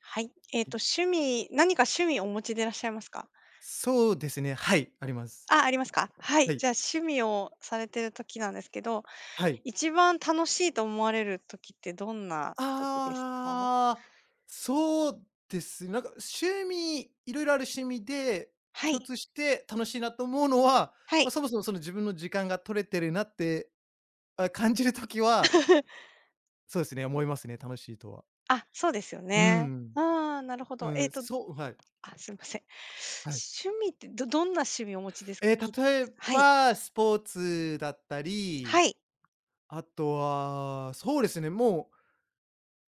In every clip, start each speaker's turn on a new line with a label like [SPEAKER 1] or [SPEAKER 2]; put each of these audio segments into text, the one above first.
[SPEAKER 1] はい。
[SPEAKER 2] はい。
[SPEAKER 1] 趣味趣味お持ちでいらっしゃいますか？
[SPEAKER 2] そうですね、はい、あります。
[SPEAKER 1] あ、ありますか。はい。
[SPEAKER 2] はい。
[SPEAKER 1] じゃあ、趣味をされてる時なんですけど、
[SPEAKER 2] はい。
[SPEAKER 1] 一番楽しいと思われる時ってどんな時ですか？
[SPEAKER 2] ああ、そうですね。なんか趣味いろいろある趣味で、
[SPEAKER 1] は
[SPEAKER 2] 共
[SPEAKER 1] い。
[SPEAKER 2] 通して楽しいなと思うのは、
[SPEAKER 1] は
[SPEAKER 2] まあ、
[SPEAKER 1] い。
[SPEAKER 2] そもそもその自分の時間が取れてるなって、あ、感じるときは、そうですね、思いますね、楽しいとは。
[SPEAKER 1] あ、そうですよ
[SPEAKER 2] う
[SPEAKER 1] ね。
[SPEAKER 2] ん。
[SPEAKER 1] ああ、なるほ
[SPEAKER 2] う
[SPEAKER 1] ど。
[SPEAKER 2] ん、そうはい。
[SPEAKER 1] すいません。
[SPEAKER 2] はい。
[SPEAKER 1] 趣味ってどんな趣味をお持ちですか？
[SPEAKER 2] ええ、
[SPEAKER 1] 聞いて
[SPEAKER 2] 例え
[SPEAKER 1] みますはい。
[SPEAKER 2] ば、スポーツだった
[SPEAKER 1] は
[SPEAKER 2] り、
[SPEAKER 1] い。
[SPEAKER 2] あとは、そうですね、も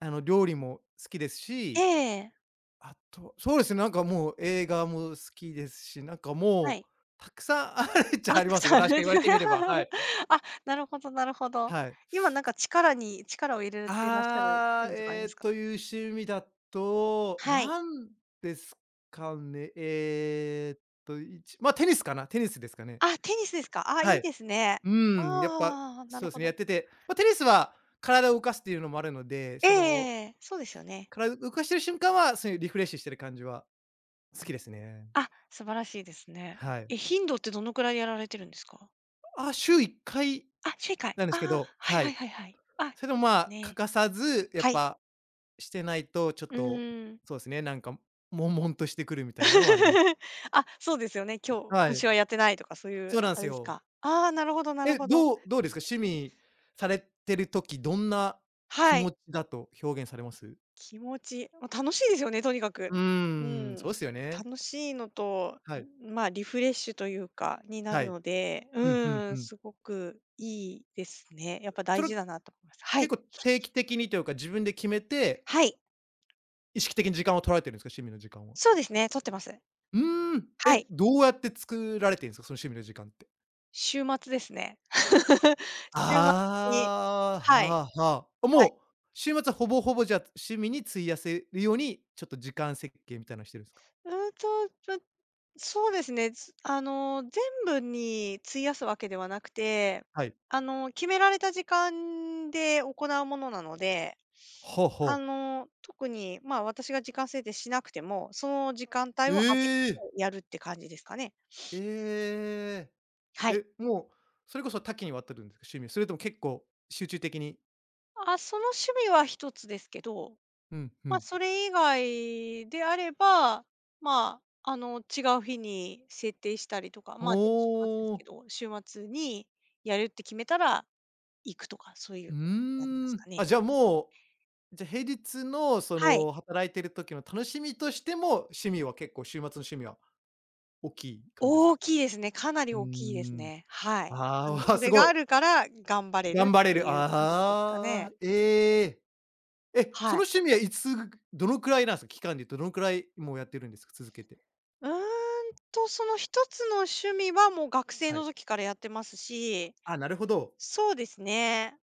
[SPEAKER 2] う、料理も好きです
[SPEAKER 1] え
[SPEAKER 2] し。
[SPEAKER 1] え。
[SPEAKER 2] あと、そうですね、なんかもう映画も好きですし、なんか
[SPEAKER 1] は
[SPEAKER 2] もう、
[SPEAKER 1] い。
[SPEAKER 2] たくさんあるっち
[SPEAKER 1] あ、
[SPEAKER 2] ゃ
[SPEAKER 1] た
[SPEAKER 2] あり
[SPEAKER 1] く
[SPEAKER 2] ます
[SPEAKER 1] さん
[SPEAKER 2] ね、
[SPEAKER 1] あ
[SPEAKER 2] 確か
[SPEAKER 1] る。
[SPEAKER 2] に言われてみれば、は い。
[SPEAKER 1] あ、なるほどなるほど。
[SPEAKER 2] はい。
[SPEAKER 1] 今なんか力を入れてらっしゃる趣
[SPEAKER 2] ああ、
[SPEAKER 1] 味とかあり
[SPEAKER 2] え
[SPEAKER 1] ま
[SPEAKER 2] え
[SPEAKER 1] すか？
[SPEAKER 2] という趣味だと、
[SPEAKER 1] はい。
[SPEAKER 2] なんですかね、いちま、テニスかな、テニスですかね。
[SPEAKER 1] あ、テニスですか。あ、い
[SPEAKER 2] は
[SPEAKER 1] い
[SPEAKER 2] い。
[SPEAKER 1] ですね。
[SPEAKER 2] うーん、やっぱ、
[SPEAKER 1] ああな
[SPEAKER 2] そ
[SPEAKER 1] る
[SPEAKER 2] うです
[SPEAKER 1] ほ
[SPEAKER 2] ね、やっ
[SPEAKER 1] ど。
[SPEAKER 2] てて、テニスは体を動かすっていうのもあるので、
[SPEAKER 1] ええそうですよね。
[SPEAKER 2] 体動かしてる瞬間は、そういうリフレッシュしてる感じは好きですね。
[SPEAKER 1] あ、素晴らしいですね。
[SPEAKER 2] はい。
[SPEAKER 1] え、頻度ってどのくらいやられてるんですか？
[SPEAKER 2] ああ、週1回
[SPEAKER 1] あ、週1回。
[SPEAKER 2] なんで
[SPEAKER 1] ああ、
[SPEAKER 2] すけ
[SPEAKER 1] は
[SPEAKER 2] ど、
[SPEAKER 1] い
[SPEAKER 2] は
[SPEAKER 1] はい
[SPEAKER 2] い。
[SPEAKER 1] はいはい。あ、い
[SPEAKER 2] それでも、
[SPEAKER 1] いで
[SPEAKER 2] ま
[SPEAKER 1] す
[SPEAKER 2] あ、欠
[SPEAKER 1] ね。
[SPEAKER 2] かさず、やっ
[SPEAKER 1] はい。
[SPEAKER 2] ぱしてないと、ちょっ
[SPEAKER 1] う
[SPEAKER 2] と、
[SPEAKER 1] ーん。
[SPEAKER 2] そうですね、なんか、悶々としてくるみたいなのはあります。
[SPEAKER 1] あ、そうですよね。今日、
[SPEAKER 2] は
[SPEAKER 1] 今週
[SPEAKER 2] い。
[SPEAKER 1] はやってないとかそういう
[SPEAKER 2] そうなん
[SPEAKER 1] あ
[SPEAKER 2] す
[SPEAKER 1] れです
[SPEAKER 2] よ。
[SPEAKER 1] か。ああ、なるほどなる
[SPEAKER 2] え、
[SPEAKER 1] ほど。
[SPEAKER 2] どうですか？趣味されてる時、どんな気
[SPEAKER 1] はい。
[SPEAKER 2] 持ちだと表現されます？
[SPEAKER 1] 気持ち、ま、楽しいですよね、とにかく。
[SPEAKER 2] う
[SPEAKER 1] う
[SPEAKER 2] ーん、
[SPEAKER 1] ん。
[SPEAKER 2] そうっすよね。
[SPEAKER 1] 楽しいのと、
[SPEAKER 2] はい。
[SPEAKER 1] ん、まあ、リフレッシュというか、にな
[SPEAKER 2] は
[SPEAKER 1] る
[SPEAKER 2] い。
[SPEAKER 1] ので、
[SPEAKER 2] うん、ふん
[SPEAKER 1] う
[SPEAKER 2] ふ
[SPEAKER 1] ん、
[SPEAKER 2] ん。
[SPEAKER 1] すごくいいですね。やっぱ
[SPEAKER 2] そ
[SPEAKER 1] 大
[SPEAKER 2] れ、
[SPEAKER 1] 事だなと思います。はい。
[SPEAKER 2] 結構定期的にというか、自分で決めて、
[SPEAKER 1] はい。
[SPEAKER 2] 意識的に時間を取られてるんですか？趣味の時間は。
[SPEAKER 1] そうですね、撮ってます。
[SPEAKER 2] うーん。
[SPEAKER 1] は
[SPEAKER 2] え、
[SPEAKER 1] い。
[SPEAKER 2] どうやって作られてんすか？その趣味の時間って。
[SPEAKER 1] 週末ですね。週末に
[SPEAKER 2] ああ、
[SPEAKER 1] はい、
[SPEAKER 2] はあはあ。
[SPEAKER 1] はい。
[SPEAKER 2] もう、週末はほぼほぼじゃあ、趣味に費やせるように、ちょっと時間設計みたいなのしてるんすか？
[SPEAKER 1] うーんと、ま、そうですね。つあの、全部に費やすわけではなくて、
[SPEAKER 2] はい。
[SPEAKER 1] あの、決められた時間で行うものなので、
[SPEAKER 2] はあ
[SPEAKER 1] あ
[SPEAKER 2] はあ。
[SPEAKER 1] の、特に、まあ、私が時間制定しなくても、その時間帯
[SPEAKER 2] え
[SPEAKER 1] を空けて
[SPEAKER 2] え！
[SPEAKER 1] やるって感じですかね。
[SPEAKER 2] ええ。
[SPEAKER 1] はい。
[SPEAKER 2] え、もう、それこそ多岐にわたるんですか？趣味。それとも結構集中的に。
[SPEAKER 1] あ、その趣味は一つですけど
[SPEAKER 2] うんう
[SPEAKER 1] まあ、
[SPEAKER 2] ん。
[SPEAKER 1] それ以外であれば、まあ、あの、違う日に設定したりとか、まあ、全部週末です
[SPEAKER 2] お
[SPEAKER 1] け
[SPEAKER 2] お。
[SPEAKER 1] ど、週末にやるって決めたら行くとか、そうい
[SPEAKER 2] う
[SPEAKER 1] うことになりま
[SPEAKER 2] ー
[SPEAKER 1] す
[SPEAKER 2] ん。
[SPEAKER 1] かね。
[SPEAKER 2] あ、じゃあもう、じゃ、平日のそ
[SPEAKER 1] はい。
[SPEAKER 2] の、働いてる時の楽しみとしても、趣味は結構週末の趣味は大きい感じです
[SPEAKER 1] 大
[SPEAKER 2] か？
[SPEAKER 1] きいですね。かなり
[SPEAKER 2] うー
[SPEAKER 1] 大きいです
[SPEAKER 2] ん。
[SPEAKER 1] ね。はい。
[SPEAKER 2] ああ、
[SPEAKER 1] あの、
[SPEAKER 2] わ、
[SPEAKER 1] そ
[SPEAKER 2] す
[SPEAKER 1] れ
[SPEAKER 2] ご
[SPEAKER 1] が
[SPEAKER 2] い。
[SPEAKER 1] あるから頑張れる
[SPEAKER 2] 頑張れ
[SPEAKER 1] って
[SPEAKER 2] る。
[SPEAKER 1] いう感じですか
[SPEAKER 2] あ
[SPEAKER 1] ね。
[SPEAKER 2] あ、ええ。え、そ
[SPEAKER 1] はい。
[SPEAKER 2] の趣味はいつどのくらいなんですか？期間で言うとどのくらいもうやってるんですか？続けて。
[SPEAKER 1] うーんその一つの趣味はもう学生
[SPEAKER 2] は
[SPEAKER 1] の
[SPEAKER 2] い。
[SPEAKER 1] 時からやってますし、
[SPEAKER 2] あ、なるほど。
[SPEAKER 1] そうですね。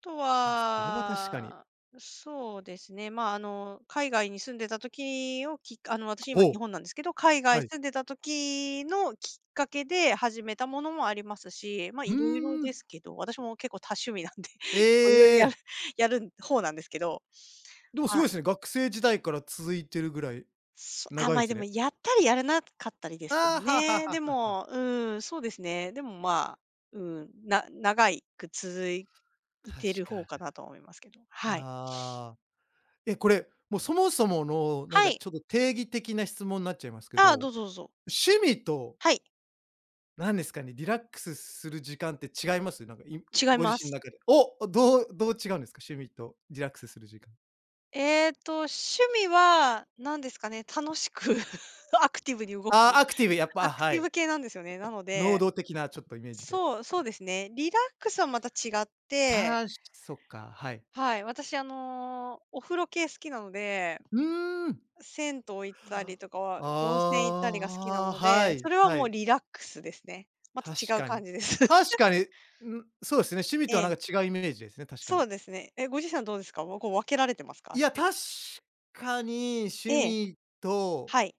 [SPEAKER 1] と
[SPEAKER 2] あ、それは確かに。
[SPEAKER 1] は、そうですね、まあ、あの、海外に住んでた時をきっかあの、私今日
[SPEAKER 2] ほう、
[SPEAKER 1] 本なんですけど、海外
[SPEAKER 2] はい。
[SPEAKER 1] 住んでた時のきっかけで始めたものもありますし、まあ、
[SPEAKER 2] う
[SPEAKER 1] い
[SPEAKER 2] ー
[SPEAKER 1] ろいろで
[SPEAKER 2] ん。
[SPEAKER 1] すけど、私も結構多趣味なんで、
[SPEAKER 2] え
[SPEAKER 1] 結構いろいろやる
[SPEAKER 2] え。
[SPEAKER 1] やる方なんですけど。
[SPEAKER 2] でもす
[SPEAKER 1] はい。
[SPEAKER 2] ごいですね。学生時代から続いてるぐらい長い
[SPEAKER 1] ま
[SPEAKER 2] ん
[SPEAKER 1] あ、
[SPEAKER 2] で
[SPEAKER 1] で
[SPEAKER 2] す
[SPEAKER 1] も
[SPEAKER 2] ね。
[SPEAKER 1] やったりやらなかったりですけど
[SPEAKER 2] あはあはあ
[SPEAKER 1] ね。で
[SPEAKER 2] はあはあ。
[SPEAKER 1] も、うん、そうですね。でも、まあ、うん、長いく続い
[SPEAKER 2] 確
[SPEAKER 1] てる
[SPEAKER 2] か
[SPEAKER 1] 方か
[SPEAKER 2] に。
[SPEAKER 1] なと思いますけど、はい。
[SPEAKER 2] ああ。え、これ、もうそもそものなん
[SPEAKER 1] は
[SPEAKER 2] か
[SPEAKER 1] い。
[SPEAKER 2] ちょっと定義的な質問になっちゃいますけ
[SPEAKER 1] あど
[SPEAKER 2] ど、
[SPEAKER 1] うぞどうぞ。
[SPEAKER 2] 趣味と
[SPEAKER 1] はい、
[SPEAKER 2] なんですかね、リラックスする時間って違います？なんか、
[SPEAKER 1] 違い
[SPEAKER 2] ご自
[SPEAKER 1] ま
[SPEAKER 2] 身の
[SPEAKER 1] す。
[SPEAKER 2] 中で。お、どう違うんですか？趣味とリラックスする時間。
[SPEAKER 1] えっと、趣味は何ですかね、楽しく アクティブに動く、
[SPEAKER 2] ああ、アクティブ、やっ
[SPEAKER 1] ア
[SPEAKER 2] ぱ、
[SPEAKER 1] ク
[SPEAKER 2] は
[SPEAKER 1] ティブ
[SPEAKER 2] い。
[SPEAKER 1] 系なんですよね。なの
[SPEAKER 2] 能
[SPEAKER 1] で、
[SPEAKER 2] 動的なちょっとイメージで。
[SPEAKER 1] そうですね。リラックスはまた違って、
[SPEAKER 2] そっか、はい。
[SPEAKER 1] はい、私あの、お風呂系好きなので、
[SPEAKER 2] うーん。
[SPEAKER 1] 銭湯行ったりとかは、温泉行ったりが好きな
[SPEAKER 2] ああ、
[SPEAKER 1] の
[SPEAKER 2] は
[SPEAKER 1] で、そ
[SPEAKER 2] い、
[SPEAKER 1] れは
[SPEAKER 2] は
[SPEAKER 1] もう
[SPEAKER 2] い。
[SPEAKER 1] リラックスですね。また
[SPEAKER 2] 確
[SPEAKER 1] 違う
[SPEAKER 2] か
[SPEAKER 1] 感
[SPEAKER 2] に。
[SPEAKER 1] じです。
[SPEAKER 2] 確 かに、ん、そうですね、趣味
[SPEAKER 1] え
[SPEAKER 2] とはな
[SPEAKER 1] え、
[SPEAKER 2] んか違うイメージですね、確か
[SPEAKER 1] そ
[SPEAKER 2] に。
[SPEAKER 1] うですね。え、ご自身はどうですか？もうこう分けられてますか？
[SPEAKER 2] い
[SPEAKER 1] し
[SPEAKER 2] や、確かに趣
[SPEAKER 1] ええ、
[SPEAKER 2] 味と
[SPEAKER 1] はい。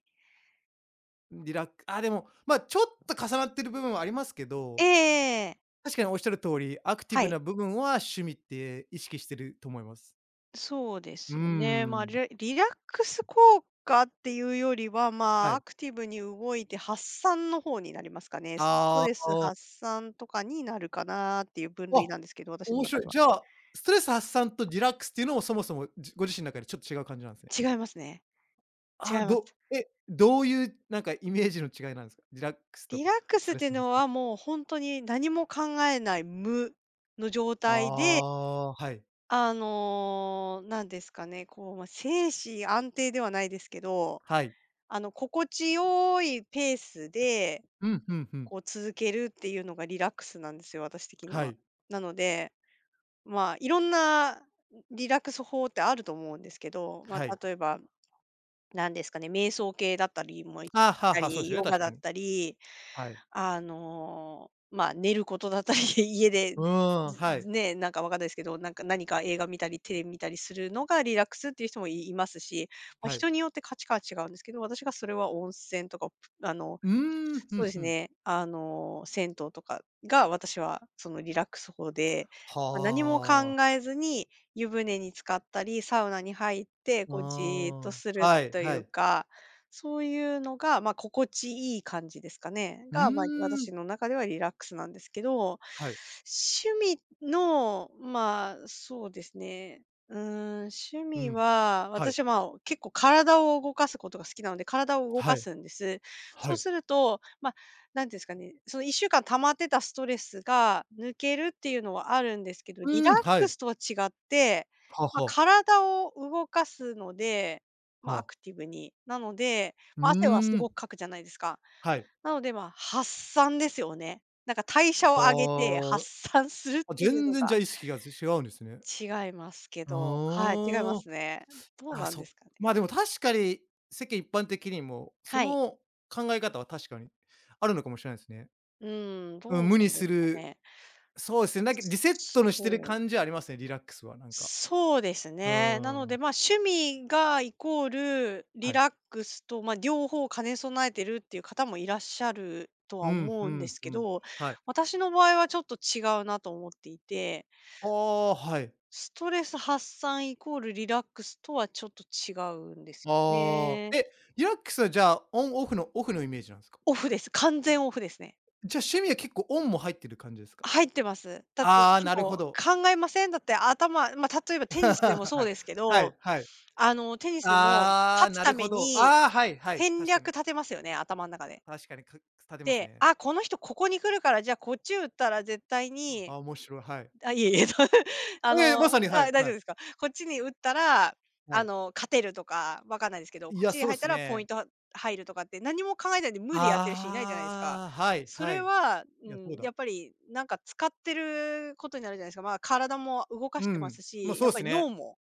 [SPEAKER 2] リラックあ、でも、ちょっと重なってる部分はありますけ
[SPEAKER 1] え
[SPEAKER 2] ど
[SPEAKER 1] えええ
[SPEAKER 2] 確かにおっしゃる通り、アクティ
[SPEAKER 1] は
[SPEAKER 2] ブ
[SPEAKER 1] い。
[SPEAKER 2] な部分は趣味って意識してると思います。
[SPEAKER 1] そうで
[SPEAKER 2] う
[SPEAKER 1] す
[SPEAKER 2] ー
[SPEAKER 1] よね。まあ、
[SPEAKER 2] ん。
[SPEAKER 1] リラックス効果っていうよりは、まあ、
[SPEAKER 2] は
[SPEAKER 1] ア
[SPEAKER 2] い。
[SPEAKER 1] クティブに動いて発散の方になりますかね。スト
[SPEAKER 2] あ
[SPEAKER 1] レス
[SPEAKER 2] あ、
[SPEAKER 1] 発散とかになるかなっていう分類
[SPEAKER 2] あ、
[SPEAKER 1] なんですけど、私の
[SPEAKER 2] 面
[SPEAKER 1] 中
[SPEAKER 2] 白い。
[SPEAKER 1] では。
[SPEAKER 2] じゃあ、ストレス発散とリラックスっていうのもそもそも、ご自身の中でちょっと違う感じなんですね。
[SPEAKER 1] 違いますね。違
[SPEAKER 2] あ
[SPEAKER 1] い
[SPEAKER 2] あ、
[SPEAKER 1] ます。
[SPEAKER 2] どういうなんかイメージの違いなんですか？リラックスと
[SPEAKER 1] リラック
[SPEAKER 2] ス
[SPEAKER 1] ス
[SPEAKER 2] ト
[SPEAKER 1] っ
[SPEAKER 2] レ
[SPEAKER 1] て
[SPEAKER 2] ス
[SPEAKER 1] いう
[SPEAKER 2] 発
[SPEAKER 1] のは
[SPEAKER 2] 散。
[SPEAKER 1] もう本当に何も考えない無の状
[SPEAKER 2] あ
[SPEAKER 1] 態で、
[SPEAKER 2] あ、はい。
[SPEAKER 1] あの、なんですかね、こう、まあ、精神安定ではないですけど、
[SPEAKER 2] はい。
[SPEAKER 1] あの、心地よいペースで
[SPEAKER 2] うん、うんうん。
[SPEAKER 1] こう続けるっていうのがリラックスなんですよ、私的に
[SPEAKER 2] は
[SPEAKER 1] は。
[SPEAKER 2] い。
[SPEAKER 1] なので、まあ、いろんなリラックス法ってあると思うんですけど、ま
[SPEAKER 2] は
[SPEAKER 1] あ、
[SPEAKER 2] い。
[SPEAKER 1] 例えば、なんですかね、瞑想系だったりもし
[SPEAKER 2] ああ、はあ
[SPEAKER 1] た
[SPEAKER 2] はあ、そうで
[SPEAKER 1] り、
[SPEAKER 2] すよね、
[SPEAKER 1] ヨガ
[SPEAKER 2] 確
[SPEAKER 1] だ
[SPEAKER 2] か
[SPEAKER 1] っ
[SPEAKER 2] に。
[SPEAKER 1] たり、
[SPEAKER 2] はい。
[SPEAKER 1] あの、まあ、寝ることだったり、家で、
[SPEAKER 2] うーん、は
[SPEAKER 1] ず
[SPEAKER 2] い。
[SPEAKER 1] ね、なんかわかんないですけど、なんか何か映画見たり、テレビ見たりするのがリラックスっていう人もいいますし、まあ、
[SPEAKER 2] はい。
[SPEAKER 1] 人によって価値観は違うんですけど、私がそれは温泉とか、あの、
[SPEAKER 2] うーん、ふ
[SPEAKER 1] そ
[SPEAKER 2] ん
[SPEAKER 1] うです
[SPEAKER 2] ふん。
[SPEAKER 1] ね、あの、銭湯とかが私はそのリラックス法で、まあ、何も考
[SPEAKER 2] はあ。
[SPEAKER 1] えずに湯船に浸かったり、サウナに入って、こうじ
[SPEAKER 2] あ
[SPEAKER 1] ーっと
[SPEAKER 2] あ、
[SPEAKER 1] する
[SPEAKER 2] はい
[SPEAKER 1] とい
[SPEAKER 2] は
[SPEAKER 1] う
[SPEAKER 2] い。
[SPEAKER 1] かそういうのが、まあ、心地いい感じですかね。
[SPEAKER 2] うー
[SPEAKER 1] が、まあ、
[SPEAKER 2] ん、
[SPEAKER 1] 私の中ではリラックスなんですけど、
[SPEAKER 2] はい、
[SPEAKER 1] 趣味の、まあ、そうですね、うーん、趣
[SPEAKER 2] う
[SPEAKER 1] 味
[SPEAKER 2] ん。
[SPEAKER 1] は、
[SPEAKER 2] はい、
[SPEAKER 1] 私は、まあ、結構体を動かすことが好きなので、体を動
[SPEAKER 2] は
[SPEAKER 1] か
[SPEAKER 2] い、
[SPEAKER 1] すんです。そ
[SPEAKER 2] は
[SPEAKER 1] う
[SPEAKER 2] い。
[SPEAKER 1] すると、まあ、なんていうんですかね、その1週間溜まってたストレスが抜けるっていうのはあるんですけど、
[SPEAKER 2] う
[SPEAKER 1] リラ
[SPEAKER 2] ー
[SPEAKER 1] ッ
[SPEAKER 2] ん、は
[SPEAKER 1] ク
[SPEAKER 2] い。
[SPEAKER 1] スとは違って、
[SPEAKER 2] は
[SPEAKER 1] まあ、
[SPEAKER 2] は、
[SPEAKER 1] 体を動かすのでまあ、ア
[SPEAKER 2] は。
[SPEAKER 1] クティブに。なので、
[SPEAKER 2] うー
[SPEAKER 1] まあ、汗はすご
[SPEAKER 2] ん、
[SPEAKER 1] くかくじゃないですか。
[SPEAKER 2] はい。
[SPEAKER 1] なので、まあ、発散ですよね。なんか代謝を上げて発
[SPEAKER 2] は
[SPEAKER 1] 散するっ
[SPEAKER 2] あ。あ、
[SPEAKER 1] ていう
[SPEAKER 2] 全
[SPEAKER 1] の
[SPEAKER 2] 然
[SPEAKER 1] が
[SPEAKER 2] じゃあ意識が、違うんですね。
[SPEAKER 1] 違いますけど、はい、違いま
[SPEAKER 2] あ
[SPEAKER 1] すね。どう
[SPEAKER 2] あ、
[SPEAKER 1] なんですかね。
[SPEAKER 2] まあ、でも確かに、世間一般的にも、そ
[SPEAKER 1] はい。
[SPEAKER 2] の考え方は確かにあるのかもしれないですね。
[SPEAKER 1] うん、
[SPEAKER 2] う
[SPEAKER 1] どう
[SPEAKER 2] ん、無
[SPEAKER 1] な
[SPEAKER 2] に
[SPEAKER 1] んで
[SPEAKER 2] す
[SPEAKER 1] すか
[SPEAKER 2] る、
[SPEAKER 1] ね。
[SPEAKER 2] そうですね、なんかリセットのしてる
[SPEAKER 1] そう。
[SPEAKER 2] 感じはありますね、リラックスはなんか。
[SPEAKER 1] そうです
[SPEAKER 2] う
[SPEAKER 1] ね。な
[SPEAKER 2] ー
[SPEAKER 1] の
[SPEAKER 2] ん、
[SPEAKER 1] で、まあ、趣味がイコールリ
[SPEAKER 2] はい。
[SPEAKER 1] ラックスと、まあ、両方兼ね備えてるっていう方もいらっしゃると
[SPEAKER 2] う
[SPEAKER 1] は
[SPEAKER 2] ん、
[SPEAKER 1] 思
[SPEAKER 2] ふ
[SPEAKER 1] うんで
[SPEAKER 2] ん
[SPEAKER 1] す
[SPEAKER 2] ふ
[SPEAKER 1] け
[SPEAKER 2] ん、
[SPEAKER 1] ど、
[SPEAKER 2] はい。
[SPEAKER 1] 私の場合はちょっと違うなと思っていて、
[SPEAKER 2] ああ、はい。
[SPEAKER 1] ストレス発散イコールリラックスとはちょっと違うんですよ
[SPEAKER 2] あ
[SPEAKER 1] ね。
[SPEAKER 2] あ。え、リラックスはじゃあ、オンオフのオフのイメージなんですか？
[SPEAKER 1] オフです。完全オフですね。
[SPEAKER 2] じゃ、趣味は結構オンも入ってる感じですか？
[SPEAKER 1] 入ってます。だって
[SPEAKER 2] ああ、
[SPEAKER 1] 結
[SPEAKER 2] なるほ
[SPEAKER 1] 構
[SPEAKER 2] ど。
[SPEAKER 1] 考えませんだって頭、まあ、例えばテニスでも
[SPEAKER 2] は
[SPEAKER 1] そう
[SPEAKER 2] い。
[SPEAKER 1] ですけ
[SPEAKER 2] は
[SPEAKER 1] ど、
[SPEAKER 2] いはい。
[SPEAKER 1] あの、テニスでも
[SPEAKER 2] ああ、
[SPEAKER 1] 勝つ
[SPEAKER 2] な
[SPEAKER 1] た
[SPEAKER 2] るほ
[SPEAKER 1] め
[SPEAKER 2] ど。
[SPEAKER 1] に
[SPEAKER 2] ああ、はいはい。
[SPEAKER 1] 戦
[SPEAKER 2] 確か
[SPEAKER 1] 略
[SPEAKER 2] に。
[SPEAKER 1] 立てますよね、頭ん中で。
[SPEAKER 2] 確かに、立てます
[SPEAKER 1] で、
[SPEAKER 2] ね。
[SPEAKER 1] あ、この人ここに来るから、じゃあこっち打ったら絶対
[SPEAKER 2] あ
[SPEAKER 1] に
[SPEAKER 2] あ、面白い、はい。
[SPEAKER 1] あ、いえいえ、
[SPEAKER 2] ええ、まさに、はい
[SPEAKER 1] 大
[SPEAKER 2] は
[SPEAKER 1] 丈夫
[SPEAKER 2] い。
[SPEAKER 1] ですか。こっちに打ったら、
[SPEAKER 2] は
[SPEAKER 1] あ
[SPEAKER 2] い。
[SPEAKER 1] の、勝てるとか、わかんないですけど、
[SPEAKER 2] い
[SPEAKER 1] こっ
[SPEAKER 2] や、
[SPEAKER 1] ちに
[SPEAKER 2] そうで
[SPEAKER 1] 入った
[SPEAKER 2] す
[SPEAKER 1] らポイン
[SPEAKER 2] ね。
[SPEAKER 1] トは入るとかって何も考えないで無でやってる人いないじゃないですか。
[SPEAKER 2] ああ、はい
[SPEAKER 1] そ
[SPEAKER 2] は
[SPEAKER 1] れ
[SPEAKER 2] い。
[SPEAKER 1] は、
[SPEAKER 2] い
[SPEAKER 1] う
[SPEAKER 2] や、そう
[SPEAKER 1] ん、や
[SPEAKER 2] だ。
[SPEAKER 1] っぱりなんか使ってることになるじゃないですか。まあ、体も動か
[SPEAKER 2] う
[SPEAKER 1] してま
[SPEAKER 2] ん。
[SPEAKER 1] す
[SPEAKER 2] もう
[SPEAKER 1] し、や
[SPEAKER 2] そう
[SPEAKER 1] っ
[SPEAKER 2] で
[SPEAKER 1] ぱ
[SPEAKER 2] す
[SPEAKER 1] り脳
[SPEAKER 2] ね。
[SPEAKER 1] も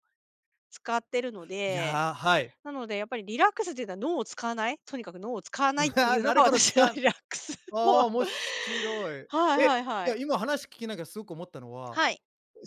[SPEAKER 1] 使ってるの
[SPEAKER 2] い
[SPEAKER 1] で
[SPEAKER 2] やー、はい。
[SPEAKER 1] なので、やっぱりリラックスっていうのは脳を使わない、とにかく脳を使わないってい うの
[SPEAKER 2] なる
[SPEAKER 1] が
[SPEAKER 2] ほど、つ
[SPEAKER 1] 私の
[SPEAKER 2] か んあ
[SPEAKER 1] リラックス
[SPEAKER 2] あ、
[SPEAKER 1] の
[SPEAKER 2] 面白い。
[SPEAKER 1] はいは
[SPEAKER 2] え、
[SPEAKER 1] い
[SPEAKER 2] い
[SPEAKER 1] は
[SPEAKER 2] や、
[SPEAKER 1] い。
[SPEAKER 2] 今話聞きながらすごく思ったのは、
[SPEAKER 1] はい。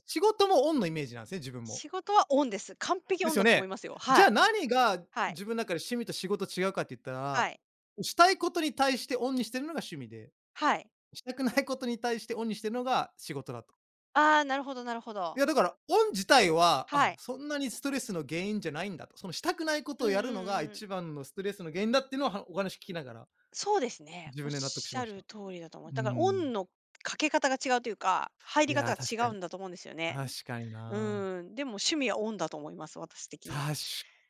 [SPEAKER 2] 仕事もオンのイメージなんですね、自分も。
[SPEAKER 1] 仕事はオンです。完璧
[SPEAKER 2] で
[SPEAKER 1] オン
[SPEAKER 2] すよ
[SPEAKER 1] だと思い
[SPEAKER 2] ね。
[SPEAKER 1] ますよ。は
[SPEAKER 2] じ
[SPEAKER 1] い。
[SPEAKER 2] ゃあ何が
[SPEAKER 1] はい。
[SPEAKER 2] 自分の中で趣味と仕事違うかって言った
[SPEAKER 1] は
[SPEAKER 2] ら、
[SPEAKER 1] い。
[SPEAKER 2] したいことに対してオンにしてるのが趣味で、
[SPEAKER 1] はい。
[SPEAKER 2] したくないことに対してオンにしてるのが仕事だと。
[SPEAKER 1] ああ、なるほどなるほど。
[SPEAKER 2] いやだから、オン自体は、
[SPEAKER 1] は
[SPEAKER 2] あ、
[SPEAKER 1] い。
[SPEAKER 2] そんなにストレスの原因じゃないんだと。そのしたくないこ
[SPEAKER 1] う
[SPEAKER 2] と
[SPEAKER 1] ん
[SPEAKER 2] を
[SPEAKER 1] う
[SPEAKER 2] やるのが
[SPEAKER 1] んうん。
[SPEAKER 2] 一番のストレスの原因だっていうのは、お話聞きながら、
[SPEAKER 1] そうですね。
[SPEAKER 2] 自
[SPEAKER 1] おっ
[SPEAKER 2] 分で納得し
[SPEAKER 1] し
[SPEAKER 2] ま
[SPEAKER 1] ゃ
[SPEAKER 2] し
[SPEAKER 1] る
[SPEAKER 2] た。
[SPEAKER 1] 通りだと思う。
[SPEAKER 2] う
[SPEAKER 1] だからオ
[SPEAKER 2] ん。
[SPEAKER 1] ンのかけ方が違うというか、入
[SPEAKER 2] い
[SPEAKER 1] り方
[SPEAKER 2] や、確
[SPEAKER 1] が
[SPEAKER 2] か
[SPEAKER 1] 違う
[SPEAKER 2] に。
[SPEAKER 1] んだと思うんですよね。
[SPEAKER 2] 確かにな。
[SPEAKER 1] うん、でも趣味はオンだと思います、私的には。
[SPEAKER 2] 確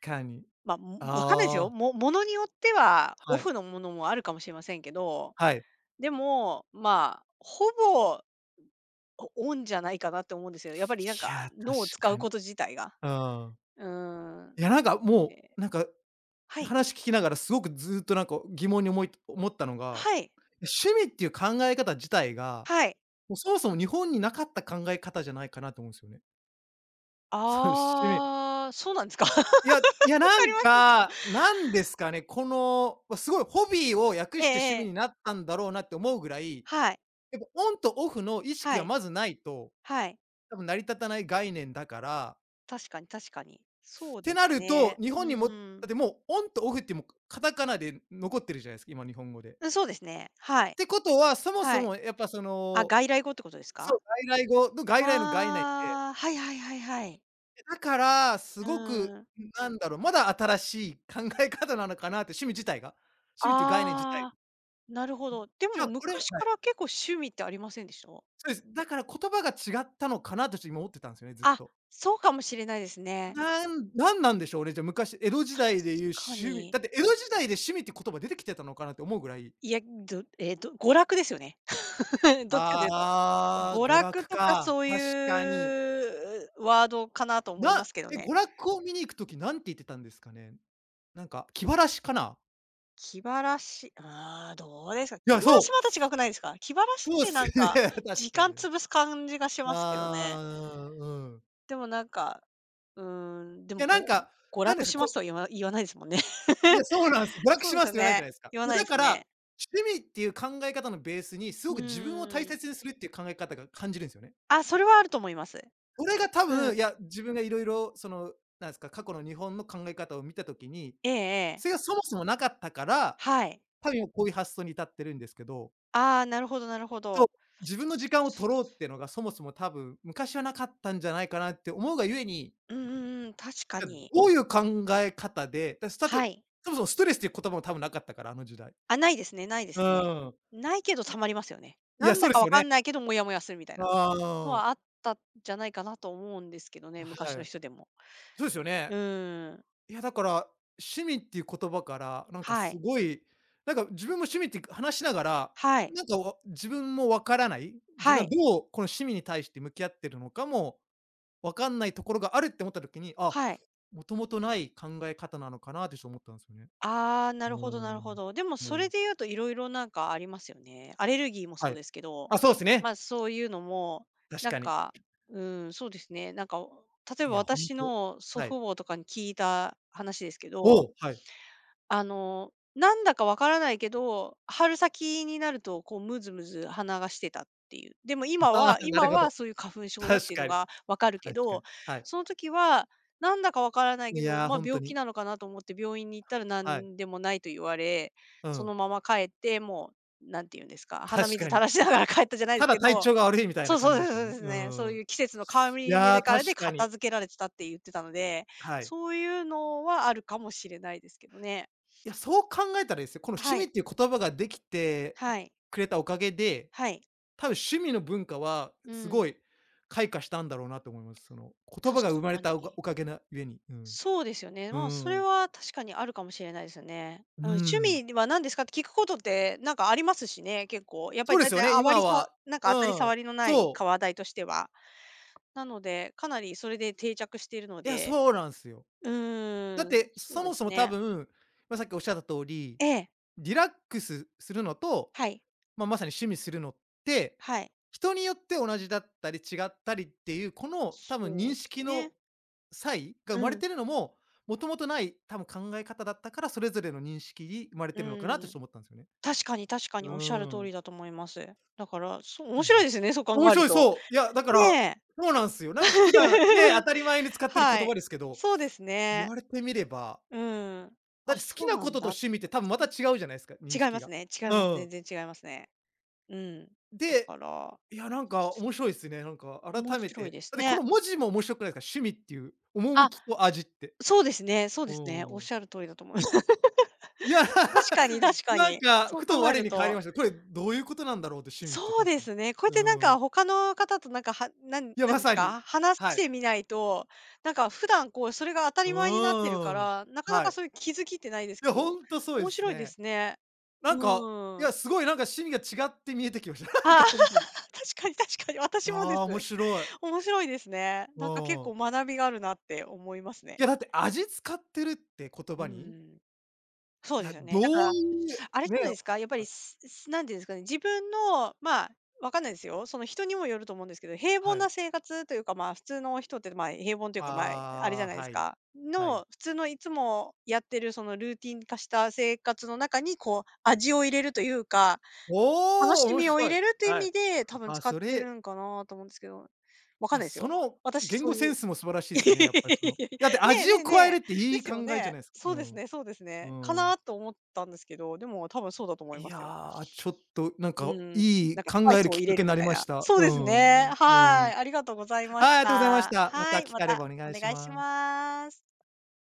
[SPEAKER 2] かに。
[SPEAKER 1] まあ、わかんないですよ。
[SPEAKER 2] ああ、
[SPEAKER 1] 物によっては、オ
[SPEAKER 2] はい、
[SPEAKER 1] フのものもあるかもしれませんけど、
[SPEAKER 2] はい。
[SPEAKER 1] でも、まあ、ほぼ、オンじゃないかなって思うんですよ。やっぱりなん
[SPEAKER 2] い
[SPEAKER 1] か、
[SPEAKER 2] や、確
[SPEAKER 1] 脳を使
[SPEAKER 2] か
[SPEAKER 1] う
[SPEAKER 2] に。
[SPEAKER 1] こと自体が。
[SPEAKER 2] うん。
[SPEAKER 1] うーん、
[SPEAKER 2] いや、なんか、も
[SPEAKER 1] えー
[SPEAKER 2] う、なんか、
[SPEAKER 1] はい。
[SPEAKER 2] 話聞きながらすごくずっと、なんか、疑問に思ったのが、
[SPEAKER 1] はい。
[SPEAKER 2] 趣味っていう考え方自体が、
[SPEAKER 1] はい。
[SPEAKER 2] もう、そもそも日本になかった考え方じゃないかなと思うんですよね。その趣味
[SPEAKER 1] ああ、そうなんですか？わ
[SPEAKER 2] いやいや、な
[SPEAKER 1] かり
[SPEAKER 2] ん
[SPEAKER 1] ませんけど。
[SPEAKER 2] か、なんですかね、この、すごいホビーを訳
[SPEAKER 1] ええ
[SPEAKER 2] して趣
[SPEAKER 1] ええ。
[SPEAKER 2] 味になったんだろうなって思うぐらい、
[SPEAKER 1] はい。
[SPEAKER 2] やっぱオンとオフの意識
[SPEAKER 1] は
[SPEAKER 2] が
[SPEAKER 1] い。
[SPEAKER 2] まずないと
[SPEAKER 1] はい。
[SPEAKER 2] 多分成り立たない概念だから。
[SPEAKER 1] 確かに確かに。そ
[SPEAKER 2] っ
[SPEAKER 1] う
[SPEAKER 2] て
[SPEAKER 1] です
[SPEAKER 2] なると、
[SPEAKER 1] ね。
[SPEAKER 2] 日
[SPEAKER 1] う
[SPEAKER 2] 本にもだ
[SPEAKER 1] ー
[SPEAKER 2] ってもうオンとオフってもうカタカナで残ってるじゃないですか、今日本語で。
[SPEAKER 1] うん、そうですね。は
[SPEAKER 2] っ
[SPEAKER 1] い。
[SPEAKER 2] てことは、そも
[SPEAKER 1] は
[SPEAKER 2] そ
[SPEAKER 1] い。
[SPEAKER 2] もやっぱそ
[SPEAKER 1] あ、
[SPEAKER 2] の、
[SPEAKER 1] 外来語ってことですか？
[SPEAKER 2] そう、外来語の外来の概念で、
[SPEAKER 1] ああ、はいはいはいはい。
[SPEAKER 2] だから、す
[SPEAKER 1] う
[SPEAKER 2] ごく、
[SPEAKER 1] ーん。
[SPEAKER 2] なんだろう、まだ新しい考え方なのかなって、趣味自体が。趣味っていう概念自体。
[SPEAKER 1] ああ、なるほど。で
[SPEAKER 2] じ
[SPEAKER 1] も
[SPEAKER 2] ゃあこれはい、
[SPEAKER 1] 昔から結構趣味ってありませんでした？
[SPEAKER 2] そうです。だから言葉が違ったのかなとちょっと今思ってたんですよね、ずっ
[SPEAKER 1] あ、
[SPEAKER 2] と。
[SPEAKER 1] そうかもしれないですね。
[SPEAKER 2] なんでしょうね、じゃあ昔、江戸時代でいう
[SPEAKER 1] 確か
[SPEAKER 2] 趣味
[SPEAKER 1] に。
[SPEAKER 2] だって江戸時代で趣味って言葉出てきてたのかなって思うぐらい。
[SPEAKER 1] いや、娯楽ですよね。どっちかというと。
[SPEAKER 2] ああ、
[SPEAKER 1] 娯
[SPEAKER 2] 娯
[SPEAKER 1] 楽
[SPEAKER 2] 楽
[SPEAKER 1] とか
[SPEAKER 2] か、
[SPEAKER 1] そうい
[SPEAKER 2] 確かに。
[SPEAKER 1] うワードかなと思いますけどね。
[SPEAKER 2] 娯楽を見に行く時なんて言ってたんですかね？なんか、気晴らしかな？
[SPEAKER 1] 気晴らし、ああ、どうですか。
[SPEAKER 2] い
[SPEAKER 1] 気晴
[SPEAKER 2] や、
[SPEAKER 1] らし
[SPEAKER 2] そ
[SPEAKER 1] また違くないですか？気晴らし
[SPEAKER 2] う、
[SPEAKER 1] っ
[SPEAKER 2] そうっ
[SPEAKER 1] て
[SPEAKER 2] す
[SPEAKER 1] なん
[SPEAKER 2] ね、
[SPEAKER 1] か、時
[SPEAKER 2] 確か
[SPEAKER 1] 間
[SPEAKER 2] に。
[SPEAKER 1] 潰す感じがしますけどね。
[SPEAKER 2] ああ、うん。
[SPEAKER 1] でもなんかで
[SPEAKER 2] い
[SPEAKER 1] も、
[SPEAKER 2] や、なんか、
[SPEAKER 1] 娯
[SPEAKER 2] なんで
[SPEAKER 1] 楽
[SPEAKER 2] すか、
[SPEAKER 1] しますとは言わないですもんね。
[SPEAKER 2] いや、そうなんすよ。娯楽
[SPEAKER 1] そう
[SPEAKER 2] し
[SPEAKER 1] で
[SPEAKER 2] ま
[SPEAKER 1] す
[SPEAKER 2] すっ
[SPEAKER 1] よ
[SPEAKER 2] て言わないじ
[SPEAKER 1] ね。
[SPEAKER 2] ゃないですか。
[SPEAKER 1] 言わ
[SPEAKER 2] いや、
[SPEAKER 1] ないで
[SPEAKER 2] だ
[SPEAKER 1] す
[SPEAKER 2] から、
[SPEAKER 1] ね。
[SPEAKER 2] 趣味っていう考え方のベースに、す
[SPEAKER 1] う
[SPEAKER 2] ごく自分を大
[SPEAKER 1] ーん。
[SPEAKER 2] 切にするっていう考え方が感じるんすよね。
[SPEAKER 1] あ、それはあると思います。
[SPEAKER 2] それが多
[SPEAKER 1] う
[SPEAKER 2] 分、
[SPEAKER 1] ん。
[SPEAKER 2] いや、自分がいろいろその、なんですか、過去の日本の考え方を見た時に、
[SPEAKER 1] ええええ。
[SPEAKER 2] それがそもそもなかったから、
[SPEAKER 1] はい。
[SPEAKER 2] 多分今こういう発想に至ってるんですけど、
[SPEAKER 1] ああ、なるほどなるほ
[SPEAKER 2] そ
[SPEAKER 1] ど。
[SPEAKER 2] う、自分の時間を取ろうっていうのがそもそも多分、昔はなかったんじゃないかなって思うがゆえに、
[SPEAKER 1] うんうんうん、確か
[SPEAKER 2] じゃ、
[SPEAKER 1] に。
[SPEAKER 2] どういう考え方で、スター
[SPEAKER 1] は
[SPEAKER 2] ト
[SPEAKER 1] い。
[SPEAKER 2] そもそもストレスっていう言葉も多分なかったから、あの時代。
[SPEAKER 1] あ、ないですねないです
[SPEAKER 2] う
[SPEAKER 1] ね。
[SPEAKER 2] ーん。
[SPEAKER 1] ないけど溜
[SPEAKER 2] で、
[SPEAKER 1] まりますよね。
[SPEAKER 2] い
[SPEAKER 1] な
[SPEAKER 2] や、
[SPEAKER 1] ん
[SPEAKER 2] そ
[SPEAKER 1] だ
[SPEAKER 2] うで
[SPEAKER 1] か
[SPEAKER 2] す
[SPEAKER 1] わ
[SPEAKER 2] よ
[SPEAKER 1] か
[SPEAKER 2] ね。
[SPEAKER 1] んないけど、モヤモヤするみたい
[SPEAKER 2] あ
[SPEAKER 1] なのはあっ
[SPEAKER 2] あ。
[SPEAKER 1] たんじゃないかなと思うんですけどね、
[SPEAKER 2] は
[SPEAKER 1] 昔の
[SPEAKER 2] い。
[SPEAKER 1] 人でも。
[SPEAKER 2] そうですよ
[SPEAKER 1] う
[SPEAKER 2] ね。
[SPEAKER 1] ーん。
[SPEAKER 2] いや、だから、趣味っていう言葉から、なんか
[SPEAKER 1] は
[SPEAKER 2] す
[SPEAKER 1] い。
[SPEAKER 2] ごい、なんか自分も趣味って話しながら、
[SPEAKER 1] はい。
[SPEAKER 2] なんか自分もわからない、自
[SPEAKER 1] は
[SPEAKER 2] 分はど
[SPEAKER 1] い。
[SPEAKER 2] うこの趣味に対して向き合ってるのかもわかんないところがあるって思った時に、あ、
[SPEAKER 1] はい。
[SPEAKER 2] もともとない考え方なのかなってちょっと思ったんですよね。
[SPEAKER 1] ああ、な
[SPEAKER 2] う
[SPEAKER 1] るほどなるほ
[SPEAKER 2] ー
[SPEAKER 1] ど。でも
[SPEAKER 2] ん。う
[SPEAKER 1] それ
[SPEAKER 2] ん。
[SPEAKER 1] で言うと色々なんかありますよね。アレルギーもそ
[SPEAKER 2] は
[SPEAKER 1] う
[SPEAKER 2] い。
[SPEAKER 1] ですけど、
[SPEAKER 2] あ、そうです
[SPEAKER 1] ま、
[SPEAKER 2] ね。
[SPEAKER 1] あそういうのも、
[SPEAKER 2] 確
[SPEAKER 1] なん
[SPEAKER 2] かに。
[SPEAKER 1] か、うそうですね。例え
[SPEAKER 2] い
[SPEAKER 1] ば
[SPEAKER 2] や、ほん
[SPEAKER 1] 私
[SPEAKER 2] と。
[SPEAKER 1] の祖
[SPEAKER 2] はい。
[SPEAKER 1] 父母とかに聞いた話ですけ
[SPEAKER 2] ほ
[SPEAKER 1] ど、
[SPEAKER 2] う、はい。
[SPEAKER 1] あの、なんだかわからないけど、春先になると、こう、ムズムズ鼻がしてたっていう。でも
[SPEAKER 2] ああ、な
[SPEAKER 1] 今
[SPEAKER 2] るほ
[SPEAKER 1] は
[SPEAKER 2] ど。
[SPEAKER 1] そういう花粉症だって
[SPEAKER 2] 確
[SPEAKER 1] いうの
[SPEAKER 2] かに。
[SPEAKER 1] がわかるけ
[SPEAKER 2] 確か
[SPEAKER 1] ど、
[SPEAKER 2] に。はい。
[SPEAKER 1] その時はなんだかわからないけ
[SPEAKER 2] い
[SPEAKER 1] ど、
[SPEAKER 2] や、
[SPEAKER 1] まあ、
[SPEAKER 2] ほんと
[SPEAKER 1] 病気
[SPEAKER 2] に。
[SPEAKER 1] なのかなと思って病院に行ったらな
[SPEAKER 2] はい。
[SPEAKER 1] んでもないと言われ、
[SPEAKER 2] う
[SPEAKER 1] そ
[SPEAKER 2] ん。
[SPEAKER 1] のまま帰って、う、なんて言うんですか、鼻
[SPEAKER 2] 確
[SPEAKER 1] 水
[SPEAKER 2] か
[SPEAKER 1] 垂
[SPEAKER 2] に。
[SPEAKER 1] らしながら帰ったじゃないです
[SPEAKER 2] ただ
[SPEAKER 1] け
[SPEAKER 2] 体
[SPEAKER 1] ど、
[SPEAKER 2] 調が悪いみたい
[SPEAKER 1] そ
[SPEAKER 2] な
[SPEAKER 1] う
[SPEAKER 2] 感
[SPEAKER 1] そう
[SPEAKER 2] じ
[SPEAKER 1] そ
[SPEAKER 2] で
[SPEAKER 1] う
[SPEAKER 2] しょ
[SPEAKER 1] そう
[SPEAKER 2] う
[SPEAKER 1] で
[SPEAKER 2] ね。
[SPEAKER 1] す
[SPEAKER 2] う
[SPEAKER 1] ね。そうい
[SPEAKER 2] ん。
[SPEAKER 1] う季節の変わ
[SPEAKER 2] い
[SPEAKER 1] り目で
[SPEAKER 2] や、
[SPEAKER 1] から
[SPEAKER 2] 確
[SPEAKER 1] で
[SPEAKER 2] か
[SPEAKER 1] 片
[SPEAKER 2] に。
[SPEAKER 1] 付けられてたって言ってたので、
[SPEAKER 2] はい。
[SPEAKER 1] そういうのはあるかもしれないですけどね。
[SPEAKER 2] いや、そう考えたらですよ、この趣
[SPEAKER 1] は
[SPEAKER 2] 味っ
[SPEAKER 1] い、
[SPEAKER 2] ていう言葉ができて
[SPEAKER 1] はい、
[SPEAKER 2] くれたおかげで、
[SPEAKER 1] はい。
[SPEAKER 2] 多分趣味の文化は
[SPEAKER 1] う
[SPEAKER 2] す
[SPEAKER 1] ん、
[SPEAKER 2] ごい開花したんだろうなと思います。その言
[SPEAKER 1] 確
[SPEAKER 2] 葉が生まれ
[SPEAKER 1] か
[SPEAKER 2] たおか
[SPEAKER 1] に。
[SPEAKER 2] おかげなゆえに。うん。
[SPEAKER 1] そうですよね。
[SPEAKER 2] うー
[SPEAKER 1] まあ、それ
[SPEAKER 2] ん。
[SPEAKER 1] は確かにあるかもしれないですよね。
[SPEAKER 2] うー
[SPEAKER 1] うん、趣
[SPEAKER 2] ん。
[SPEAKER 1] 味は何ですかって聞くことってなんかありますしね、結構。やっぱ
[SPEAKER 2] そ
[SPEAKER 1] り
[SPEAKER 2] うで
[SPEAKER 1] 大
[SPEAKER 2] すよ
[SPEAKER 1] 体
[SPEAKER 2] ね、
[SPEAKER 1] あわり
[SPEAKER 2] 今
[SPEAKER 1] さ
[SPEAKER 2] は。
[SPEAKER 1] なんか
[SPEAKER 2] う
[SPEAKER 1] 当たり
[SPEAKER 2] ん。
[SPEAKER 1] 障りのない
[SPEAKER 2] そう。
[SPEAKER 1] 話題としては。なので、かなりそれで定着しているの
[SPEAKER 2] いや、
[SPEAKER 1] で、
[SPEAKER 2] そうなんすよ。
[SPEAKER 1] う
[SPEAKER 2] だっ
[SPEAKER 1] ーん、
[SPEAKER 2] て、
[SPEAKER 1] そう
[SPEAKER 2] そ
[SPEAKER 1] で
[SPEAKER 2] も
[SPEAKER 1] す
[SPEAKER 2] そも多
[SPEAKER 1] ね。
[SPEAKER 2] 分、ま、さっきおっしゃった通り、
[SPEAKER 1] ええ、
[SPEAKER 2] リラックスするのと、
[SPEAKER 1] はい、
[SPEAKER 2] まあ、まさに趣味するのって、
[SPEAKER 1] はい。
[SPEAKER 2] 人によって同じだったり違ったりっていう、この多分
[SPEAKER 1] そう
[SPEAKER 2] 認
[SPEAKER 1] です
[SPEAKER 2] 識の
[SPEAKER 1] ね。
[SPEAKER 2] 差異が生
[SPEAKER 1] う
[SPEAKER 2] まれ
[SPEAKER 1] ん、
[SPEAKER 2] てるのも、もともとない多分考え方だったから、それぞれの認識に生まれ
[SPEAKER 1] う
[SPEAKER 2] てるのかなとちょっ
[SPEAKER 1] ん。
[SPEAKER 2] と思ったんですよね。
[SPEAKER 1] 確かに確か
[SPEAKER 2] う
[SPEAKER 1] におっしゃる
[SPEAKER 2] ー
[SPEAKER 1] 通
[SPEAKER 2] ん。
[SPEAKER 1] りだと思います。だから、そう、
[SPEAKER 2] う
[SPEAKER 1] 面
[SPEAKER 2] ん。
[SPEAKER 1] 白いですね、そう考
[SPEAKER 2] 面
[SPEAKER 1] える
[SPEAKER 2] 白い、
[SPEAKER 1] と。
[SPEAKER 2] そう。いや、だから、
[SPEAKER 1] ねえ。
[SPEAKER 2] そうなんすよ。なんか普段ね、当 たり前に使ってる
[SPEAKER 1] は
[SPEAKER 2] 言葉
[SPEAKER 1] い。
[SPEAKER 2] ですけど、
[SPEAKER 1] そうです
[SPEAKER 2] 言
[SPEAKER 1] ね。
[SPEAKER 2] われてみれば、
[SPEAKER 1] うん。
[SPEAKER 2] だ
[SPEAKER 1] あ、
[SPEAKER 2] って好き
[SPEAKER 1] そう
[SPEAKER 2] なこ
[SPEAKER 1] なん
[SPEAKER 2] とと
[SPEAKER 1] だっ
[SPEAKER 2] 趣味
[SPEAKER 1] て
[SPEAKER 2] って
[SPEAKER 1] こ
[SPEAKER 2] 多分ま
[SPEAKER 1] と
[SPEAKER 2] た
[SPEAKER 1] ですね。
[SPEAKER 2] 違うじゃないですか、認
[SPEAKER 1] 違い
[SPEAKER 2] 識
[SPEAKER 1] ます
[SPEAKER 2] が。
[SPEAKER 1] ね違い
[SPEAKER 2] う
[SPEAKER 1] ます。全
[SPEAKER 2] ん。
[SPEAKER 1] 然違いますね。うん。だ
[SPEAKER 2] で、
[SPEAKER 1] から、
[SPEAKER 2] いや、なんか面白いですね、なんか
[SPEAKER 1] 面
[SPEAKER 2] 改め
[SPEAKER 1] 白い
[SPEAKER 2] て。
[SPEAKER 1] です
[SPEAKER 2] だってこ
[SPEAKER 1] ね。
[SPEAKER 2] の文字も面白くないですか、趣味っていう、
[SPEAKER 1] あ、
[SPEAKER 2] 趣と味って。
[SPEAKER 1] そうですねそうで
[SPEAKER 2] う
[SPEAKER 1] すね。おっ
[SPEAKER 2] んん。
[SPEAKER 1] しゃる通りだと思います。
[SPEAKER 2] いや、
[SPEAKER 1] 確かに 確か
[SPEAKER 2] なん
[SPEAKER 1] に。
[SPEAKER 2] か、
[SPEAKER 1] そう
[SPEAKER 2] ふと
[SPEAKER 1] 考え
[SPEAKER 2] 我
[SPEAKER 1] る
[SPEAKER 2] に返り
[SPEAKER 1] と、
[SPEAKER 2] ました。これどういうことなんだろうって、趣味って
[SPEAKER 1] そう
[SPEAKER 2] 確
[SPEAKER 1] で
[SPEAKER 2] かに。
[SPEAKER 1] すね。こうやっ
[SPEAKER 2] う
[SPEAKER 1] てなんか
[SPEAKER 2] ん。
[SPEAKER 1] 他の方となんか、なん
[SPEAKER 2] いや、
[SPEAKER 1] なん
[SPEAKER 2] ま
[SPEAKER 1] です
[SPEAKER 2] さに。
[SPEAKER 1] か、話
[SPEAKER 2] は
[SPEAKER 1] し
[SPEAKER 2] い。
[SPEAKER 1] てみないと、なんか普段こうそれが当た
[SPEAKER 2] う
[SPEAKER 1] り前になってるか
[SPEAKER 2] ーん。
[SPEAKER 1] ら、なかな
[SPEAKER 2] は
[SPEAKER 1] か
[SPEAKER 2] い。
[SPEAKER 1] そういう気づきってないです
[SPEAKER 2] い
[SPEAKER 1] け
[SPEAKER 2] や、ほ
[SPEAKER 1] ど、
[SPEAKER 2] んとそうで
[SPEAKER 1] 面
[SPEAKER 2] す
[SPEAKER 1] 白いで
[SPEAKER 2] ね。
[SPEAKER 1] すね。
[SPEAKER 2] なんか、い
[SPEAKER 1] うん。
[SPEAKER 2] や、すごいなんか趣味が違って見えてきました。なん
[SPEAKER 1] あ
[SPEAKER 2] か
[SPEAKER 1] あ、
[SPEAKER 2] ほんとに。
[SPEAKER 1] 確かに確かに、私もで
[SPEAKER 2] あ
[SPEAKER 1] す。
[SPEAKER 2] あ、面白い。
[SPEAKER 1] 面白いですね。
[SPEAKER 2] う
[SPEAKER 1] なんか結
[SPEAKER 2] ん。
[SPEAKER 1] 構学びがあるなって思いますね。
[SPEAKER 2] いや、だって味使ってるって言
[SPEAKER 1] う
[SPEAKER 2] 葉に、
[SPEAKER 1] ん。そう
[SPEAKER 2] い
[SPEAKER 1] で
[SPEAKER 2] や、
[SPEAKER 1] すよね。
[SPEAKER 2] ど
[SPEAKER 1] だから
[SPEAKER 2] ういう、
[SPEAKER 1] あれじ
[SPEAKER 2] ね、
[SPEAKER 1] ゃない
[SPEAKER 2] は
[SPEAKER 1] ですか、やっぱり、
[SPEAKER 2] い、
[SPEAKER 1] なんていうんですかね、自分の、まあ、わかんないですよ。その人にもよると思うんですけど、平凡
[SPEAKER 2] はい。
[SPEAKER 1] な生活というか、まあ、普通の人って、まあ、平凡というか、まあ、あれじゃ
[SPEAKER 2] ああ、
[SPEAKER 1] ないです
[SPEAKER 2] はい。
[SPEAKER 1] か。
[SPEAKER 2] はい。
[SPEAKER 1] の、普通のいつもやってるそのルーティン化した生活の中に、こう、味を入れるというか、楽
[SPEAKER 2] おお、
[SPEAKER 1] し
[SPEAKER 2] 面
[SPEAKER 1] みを入
[SPEAKER 2] 白い。
[SPEAKER 1] れるという意
[SPEAKER 2] はい。
[SPEAKER 1] 味で、多分
[SPEAKER 2] あ、
[SPEAKER 1] 使っ
[SPEAKER 2] そ
[SPEAKER 1] てる
[SPEAKER 2] れ、
[SPEAKER 1] んかなと思うんですけど、わ
[SPEAKER 2] い
[SPEAKER 1] かん
[SPEAKER 2] や、
[SPEAKER 1] ないです
[SPEAKER 2] そ
[SPEAKER 1] よ。
[SPEAKER 2] の
[SPEAKER 1] 私
[SPEAKER 2] 言
[SPEAKER 1] そ
[SPEAKER 2] 語
[SPEAKER 1] うい
[SPEAKER 2] セ
[SPEAKER 1] う
[SPEAKER 2] ンスも素晴らしい
[SPEAKER 1] いや
[SPEAKER 2] す
[SPEAKER 1] い
[SPEAKER 2] ね、
[SPEAKER 1] や
[SPEAKER 2] やっぱりそ
[SPEAKER 1] い
[SPEAKER 2] の。
[SPEAKER 1] や、ね
[SPEAKER 2] だって
[SPEAKER 1] え
[SPEAKER 2] 味
[SPEAKER 1] ね
[SPEAKER 2] を
[SPEAKER 1] え
[SPEAKER 2] 加える
[SPEAKER 1] ね
[SPEAKER 2] って
[SPEAKER 1] え。
[SPEAKER 2] い
[SPEAKER 1] で
[SPEAKER 2] い
[SPEAKER 1] す
[SPEAKER 2] 考
[SPEAKER 1] よ
[SPEAKER 2] えじゃ
[SPEAKER 1] ね。
[SPEAKER 2] ないすか。う
[SPEAKER 1] そうです
[SPEAKER 2] ん。
[SPEAKER 1] ねそうです
[SPEAKER 2] う
[SPEAKER 1] ね。か
[SPEAKER 2] ん。
[SPEAKER 1] なと思ったんですけど、でも多分そうだと思い
[SPEAKER 2] い
[SPEAKER 1] ますよ。
[SPEAKER 2] や、ちょっとなん
[SPEAKER 1] う
[SPEAKER 2] か
[SPEAKER 1] ん。
[SPEAKER 2] い
[SPEAKER 1] なん
[SPEAKER 2] い
[SPEAKER 1] かス
[SPEAKER 2] 考
[SPEAKER 1] パイ
[SPEAKER 2] え
[SPEAKER 1] ス
[SPEAKER 2] る
[SPEAKER 1] を
[SPEAKER 2] きっ
[SPEAKER 1] 入
[SPEAKER 2] か
[SPEAKER 1] れ
[SPEAKER 2] け
[SPEAKER 1] る
[SPEAKER 2] に
[SPEAKER 1] み
[SPEAKER 2] なり
[SPEAKER 1] たい
[SPEAKER 2] ま
[SPEAKER 1] な。
[SPEAKER 2] した。
[SPEAKER 1] そう
[SPEAKER 2] う
[SPEAKER 1] です
[SPEAKER 2] ん、
[SPEAKER 1] ね、
[SPEAKER 2] うん、う
[SPEAKER 1] は
[SPEAKER 2] ん。
[SPEAKER 1] い。ありがとうございまし
[SPEAKER 2] はい、ありがとうございまし
[SPEAKER 1] た。
[SPEAKER 2] た。ま
[SPEAKER 1] は
[SPEAKER 2] た
[SPEAKER 1] い、
[SPEAKER 2] 機
[SPEAKER 1] ま
[SPEAKER 2] 会あれ
[SPEAKER 1] た
[SPEAKER 2] ばお願
[SPEAKER 1] お
[SPEAKER 2] いし
[SPEAKER 1] 願いし
[SPEAKER 2] ます。
[SPEAKER 1] ます。